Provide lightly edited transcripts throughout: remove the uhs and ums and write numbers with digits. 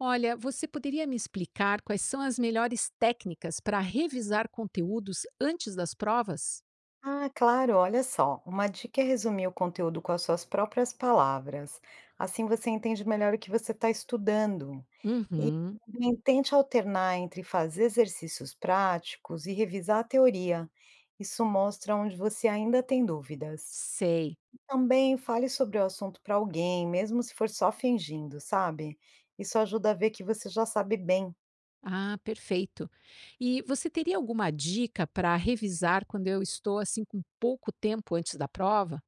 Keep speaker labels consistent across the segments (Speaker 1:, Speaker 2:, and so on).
Speaker 1: Olha, você poderia me explicar quais são as melhores técnicas para revisar conteúdos antes das provas?
Speaker 2: Ah, claro, olha só. Uma dica é resumir o conteúdo com as suas próprias palavras. Assim você entende melhor o que você está estudando. E
Speaker 1: Uhum,
Speaker 2: também tente alternar entre fazer exercícios práticos e revisar a teoria. Isso mostra onde você ainda tem dúvidas.
Speaker 1: sei.
Speaker 2: Também fale sobre o assunto para alguém, mesmo se for só fingindo, sabe? Isso ajuda a ver que você já sabe bem.
Speaker 1: Ah, perfeito. E você teria alguma dica para revisar quando eu estou assim com pouco tempo antes da prova?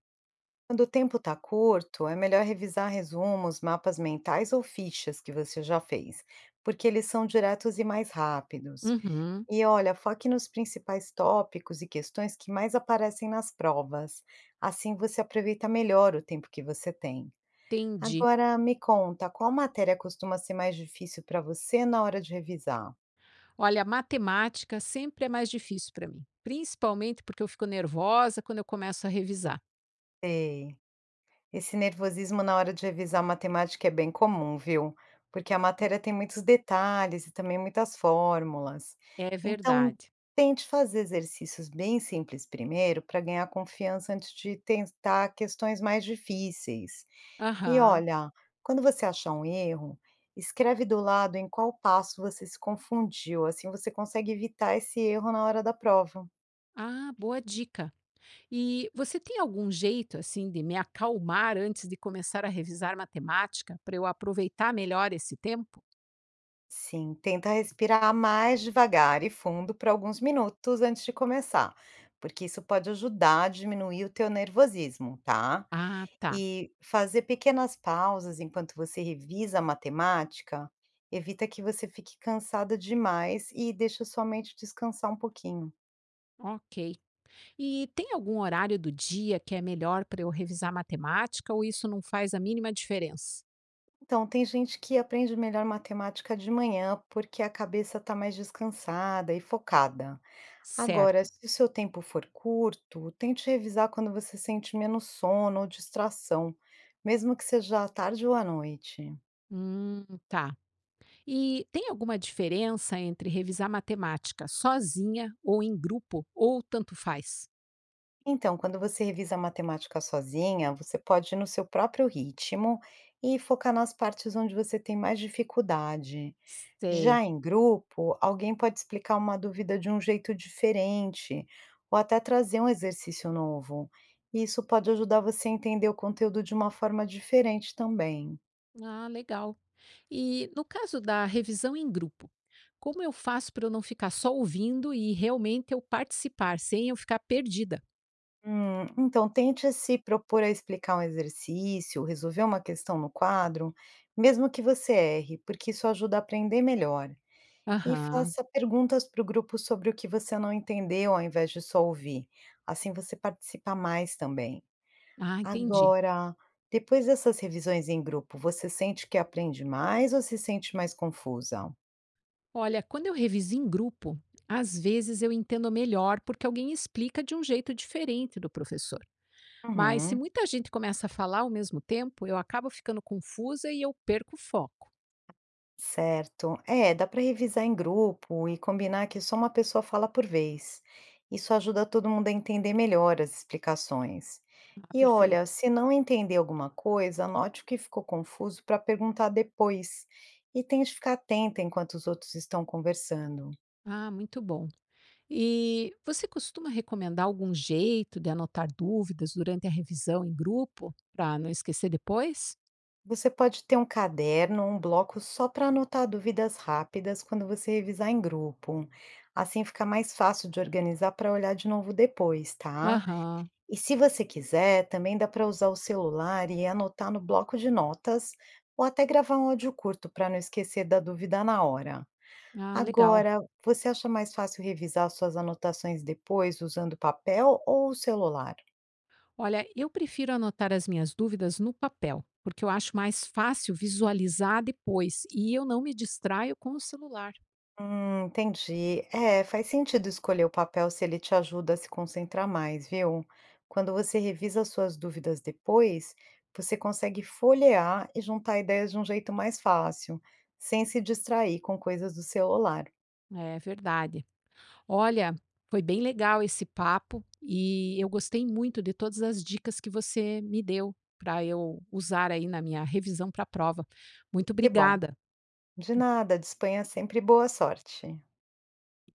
Speaker 2: Quando o tempo está curto, é melhor revisar resumos, mapas mentais ou fichas que você já fez, porque eles são diretos e mais rápidos.
Speaker 1: Uhum,
Speaker 2: E olha, foque nos principais tópicos e questões que mais aparecem nas provas. Assim você aproveita melhor o tempo que você tem.
Speaker 1: entendi.
Speaker 2: Agora me conta, qual matéria costuma ser mais difícil para você na hora de revisar?
Speaker 1: Olha, matemática sempre é mais difícil para mim, principalmente porque eu fico nervosa quando eu começo a revisar.
Speaker 2: Sei. Esse nervosismo na hora de revisar matemática é bem comum, viu? Porque a matéria tem muitos detalhes e também muitas fórmulas.
Speaker 1: É
Speaker 2: Então,
Speaker 1: verdade.
Speaker 2: tente fazer exercícios bem simples primeiro para ganhar confiança antes de tentar questões mais difíceis. E
Speaker 1: Aham.
Speaker 2: olha, quando você achar um erro, escreve do lado em qual passo você se confundiu, assim você consegue evitar esse erro na hora da prova.
Speaker 1: Ah, boa dica. E você tem algum jeito, assim, de me acalmar antes de começar a revisar matemática, para eu aproveitar melhor esse tempo?
Speaker 2: Sim, tenta respirar mais devagar e fundo por alguns minutos antes de começar, porque isso pode ajudar a diminuir o teu nervosismo, tá?
Speaker 1: Ah, tá.
Speaker 2: E fazer pequenas pausas enquanto você revisa a matemática evita que você fique cansada demais e deixa sua mente descansar um pouquinho.
Speaker 1: Ok. E tem algum horário do dia que é melhor para eu revisar matemática ou isso não faz a mínima diferença?
Speaker 2: Então, tem gente que aprende melhor matemática de manhã porque a cabeça está mais descansada e focada. Agora,
Speaker 1: Certo.
Speaker 2: se o seu tempo for curto, tente revisar quando você sente menos sono ou distração, mesmo que seja à tarde ou à noite.
Speaker 1: Tá. E tem alguma diferença entre revisar matemática sozinha ou em grupo, ou tanto faz?
Speaker 2: Então, quando você revisa a matemática sozinha, você pode ir no seu próprio ritmo e focar nas partes onde você tem mais dificuldade. Já
Speaker 1: Sei.
Speaker 2: em grupo, alguém pode explicar uma dúvida de um jeito diferente ou até trazer um exercício novo. E isso pode ajudar você a entender o conteúdo de uma forma diferente também.
Speaker 1: Ah, legal. E no caso da revisão em grupo, como eu faço para eu não ficar só ouvindo e realmente eu participar, sem eu ficar perdida?
Speaker 2: Então tente se propor a explicar um exercício, resolver uma questão no quadro, mesmo que você erre, porque isso ajuda a aprender melhor. E
Speaker 1: Aham.
Speaker 2: faça perguntas para o grupo sobre o que você não entendeu, ao invés de só ouvir. Assim você participa mais também.
Speaker 1: Ah, entendi.
Speaker 2: Agora, depois dessas revisões em grupo, você sente que aprende mais ou se sente mais confusa?
Speaker 1: Olha, quando eu reviso em grupo, às vezes eu entendo melhor porque alguém explica de um jeito diferente do professor. Mas se
Speaker 2: Uhum.
Speaker 1: muita gente começa a falar ao mesmo tempo, eu acabo ficando confusa e eu perco o foco.
Speaker 2: Certo. É, dá para revisar em grupo e combinar que só uma pessoa fala por vez. Isso ajuda todo mundo a entender melhor as explicações.
Speaker 1: Ah,
Speaker 2: E olha,
Speaker 1: perfeito.
Speaker 2: se não entender alguma coisa, anote o que ficou confuso para perguntar depois. E tente ficar atenta enquanto os outros estão conversando.
Speaker 1: Ah, muito bom. E você costuma recomendar algum jeito de anotar dúvidas durante a revisão em grupo, para não esquecer depois?
Speaker 2: Você pode ter um caderno, um bloco só para anotar dúvidas rápidas quando você revisar em grupo. Assim fica mais fácil de organizar para olhar de novo depois, tá?
Speaker 1: Aham.
Speaker 2: E se você quiser, também dá para usar o celular e anotar no bloco de notas, ou até gravar um áudio curto para não esquecer da dúvida na hora.
Speaker 1: Ah, legal.
Speaker 2: Agora, você acha mais fácil revisar suas anotações depois usando papel ou o celular?
Speaker 1: Olha, eu prefiro anotar as minhas dúvidas no papel, porque eu acho mais fácil visualizar depois e eu não me distraio com o celular.
Speaker 2: Entendi. É, faz sentido escolher o papel se ele te ajuda a se concentrar mais, viu? Quando você revisa suas dúvidas depois, você consegue folhear e juntar ideias de um jeito mais fácil, sem se distrair com coisas do celular.
Speaker 1: É verdade. Olha, foi bem legal esse papo e eu gostei muito de todas as dicas que você me deu para eu usar aí na minha revisão para a prova. Muito
Speaker 2: Que bom.
Speaker 1: obrigada.
Speaker 2: De nada, disponha sempre e boa sorte.